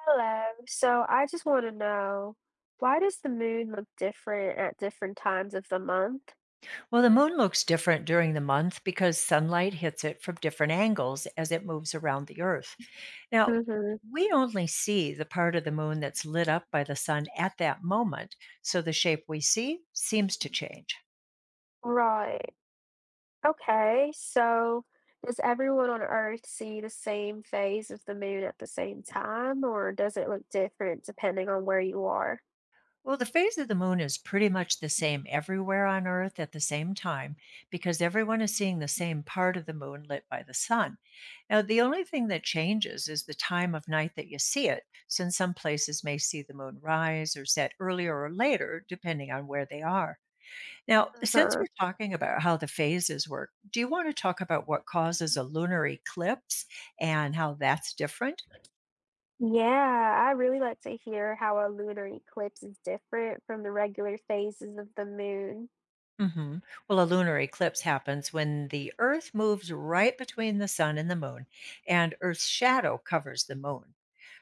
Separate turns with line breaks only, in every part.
Hello. So I just want to know why does the moon look different at different times of the month?
Well, the moon looks different during the month because sunlight hits it from different angles as it moves around the earth. Now,
Mm-hmm.
we only see the part of the moon that's lit up by the sun at that moment, so the shape we see seems to change.
Right. Okay. So does everyone on Earth see the same phase of the moon at the same time, or does it look different depending on where you are?
Well, the phase of the moon is pretty much the same everywhere on Earth at the same time because everyone is seeing the same part of the moon lit by the sun. Now, the only thing that changes is the time of night that you see it, since some places may see the moon rise or set earlier or later, depending on where they are. Now, since
Uh-huh.
we're talking about how the phases work, do you want to talk about what causes a lunar eclipse and how that's different?
Yeah, I really like to hear how a lunar eclipse is different from the regular phases of the moon.
hmm Well, a lunar eclipse happens when the Earth moves right between the sun and the moon, and Earth's shadow covers the moon.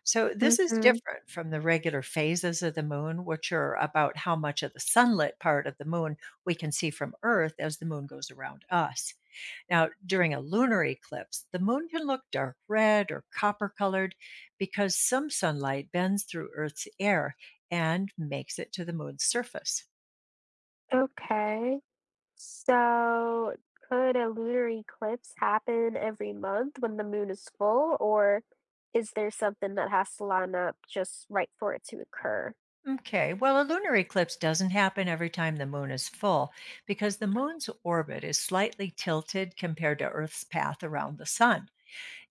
So, this is
Mm-hmm.
different from the regular phases of the moon, which are about how much of the sunlit part of the moon we can see from Earth as the moon goes around us. Now, during a lunar eclipse, the moon can look dark red or copper colored because some sunlight bends through Earth's air and makes it to the moon's surface.
Okay. So, could a lunar eclipse happen every month when the moon is full, or is there something that has to line up just right for it to occur?
Okay, well, a lunar eclipse doesn't happen every time the moon is full because the moon's orbit is slightly tilted compared to Earth's path around the sun.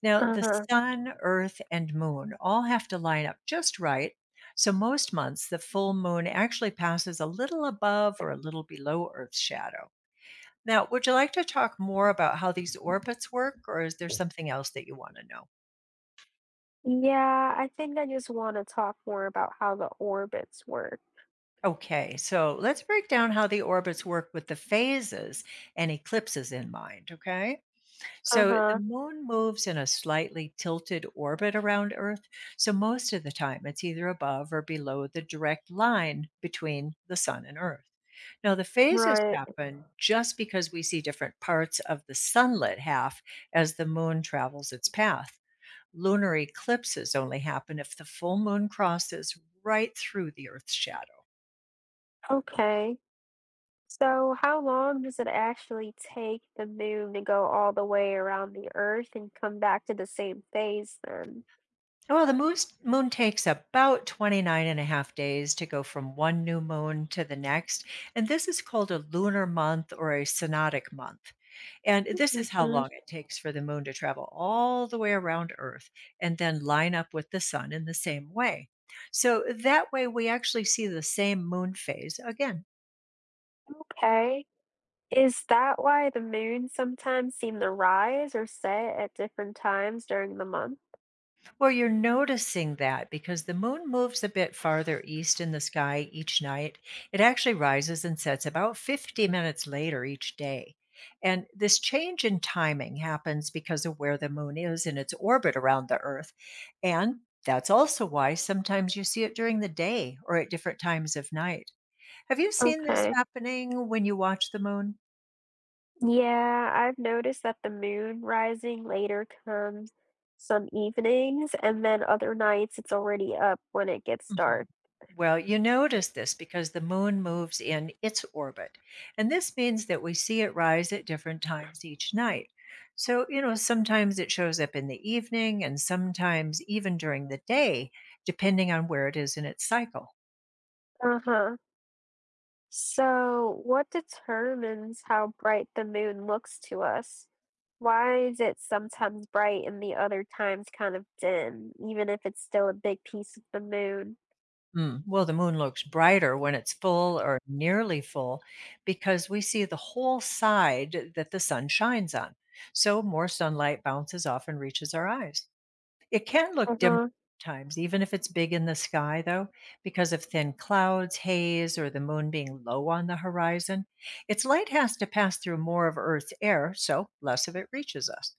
Now, the
Uh-huh.
sun, Earth, and moon all have to line up just right. So, most months, the full moon actually passes a little above or a little below Earth's shadow. Now, would you like to talk more about how these orbits work, or is there something else that you want to know?
Yeah, I think I just want to talk more about how the orbits work.
Okay, so let's break down how the orbits work with the phases and eclipses in mind, okay? So the
Uh-huh.
moon moves in a slightly tilted orbit around Earth, so most of the time it's either above or below the direct line between the sun and Earth. Now, the phases
Right.
happen just because we see different parts of the sunlit half as the moon travels its path. Lunar eclipses only happen if the full moon crosses right through the Earth's shadow.
Okay. So, how long does it actually take the moon to go all the way around the Earth and come back to the same phase then?
Well, the moon's moon takes about 29 and a half days to go from one new moon to the next, and this is called a lunar month or a synodic month. And this is how
Mhm.
long it takes for the moon to travel all the way around Earth and then line up with the sun in the same way. So that way, we actually see the same moon phase again.
Okay. Is that why the moon sometimes seem to rise or set at different times during the month?
Well, you're noticing that because the moon moves a bit farther east in the sky each night. It actually rises and sets about 50 minutes later each day. And this change in timing happens because of where the moon is in its orbit around the Earth. And that's also why sometimes you see it during the day or at different times of night. Have you seen this
Okay.
happening when you watch the moon?
Yeah, I've noticed that the moon rising later comes some evenings, and then other nights it's already up when it gets
Mhm.
dark.
Well, you notice this because the moon moves in its orbit. And this means that we see it rise at different times each night. So, you know, sometimes it shows up in the evening and sometimes even during the day, depending on where it is in its cycle.
Uh-huh. So, what determines how bright the moon looks to us? Why is it sometimes bright and the other times kind of dim, even if it's still a big piece of the moon?
Mm. Well, the moon looks brighter when it's full or nearly full because we see the whole side that the sun shines on. So, more sunlight bounces off and reaches our eyes. It can look dim
Uh-huh.
times, even if it's big in the sky, though, because of thin clouds, haze, or the moon being low on the horizon. Its light has to pass through more of Earth's air, so less of it reaches us.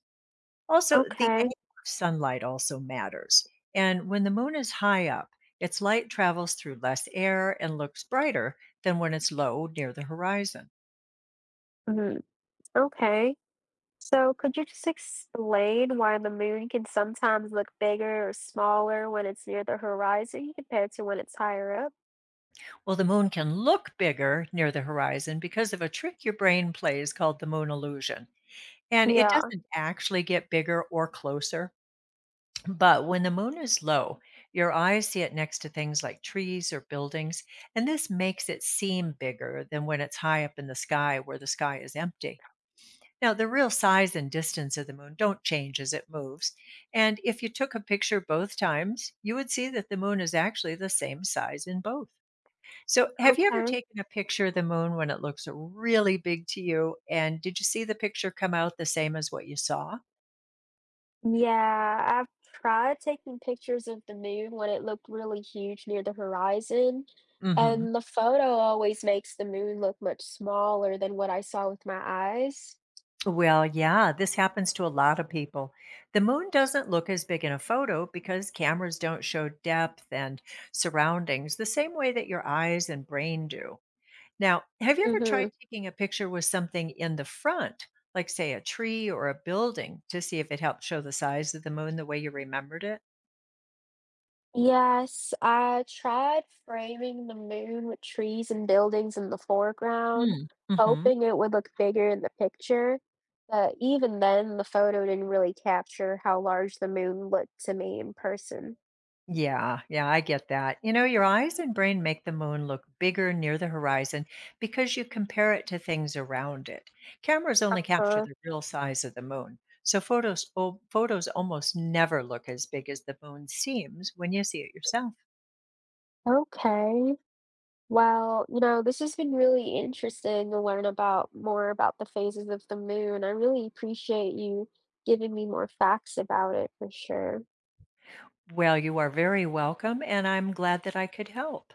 Also, the
Okay.
angle of sunlight also matters. And when the moon is high up, its light travels through less air and looks brighter than when it's low near the horizon.
Mhm. Okay. So could you just explain why the moon can sometimes look bigger or smaller when it's near the horizon compared to when it's higher up?
Well, the moon can look bigger near the horizon because of a trick your brain plays called the moon illusion. And it
Yeah,
doesn't actually get bigger or closer, but when the moon is low, your eyes see it next to things like trees or buildings, and this makes it seem bigger than when it's high up in the sky where the sky is empty. Now, the real size and distance of the moon don't change as it moves, and if you took a picture both times, you would see that the moon is actually the same size in both. So, have you ever
okay.
taken a picture of the moon when it looks really big to you? And did you see the picture come out the same as what you saw?
Yeah, I've tried taking pictures of the moon when it looked really huge near the horizon,
hmm
and the photo always makes the moon look much smaller than what I saw with my eyes.
Well, yeah, this happens to a lot of people. The moon doesn't look as big in a photo because cameras don't show depth and surroundings the same way that your eyes and brain do. Now, have you ever
Mm-hmm.
tried taking a picture with something in the front, like, say, a tree or a building, to see if it helped show the size of the moon the way you remembered it?
Yes, I tried framing the moon with trees and buildings in the foreground,
Mm-hmm.
hoping it would look bigger in the picture. But even then, the photo didn't really capture how large the moon looked to me in person.
Yeah, yeah, I get that. You know, your eyes and brain make the moon look bigger near the horizon because you compare it to things around it. Cameras only capture
Uh-huh.
the real size of the moon, so photos almost never look as big as the moon seems when you see it yourself.
Okay. Well, this has been really interesting to learn about more about the phases of the moon. I really appreciate you giving me more facts about it for sure.
Well, you are very welcome, and I'm glad that I could help.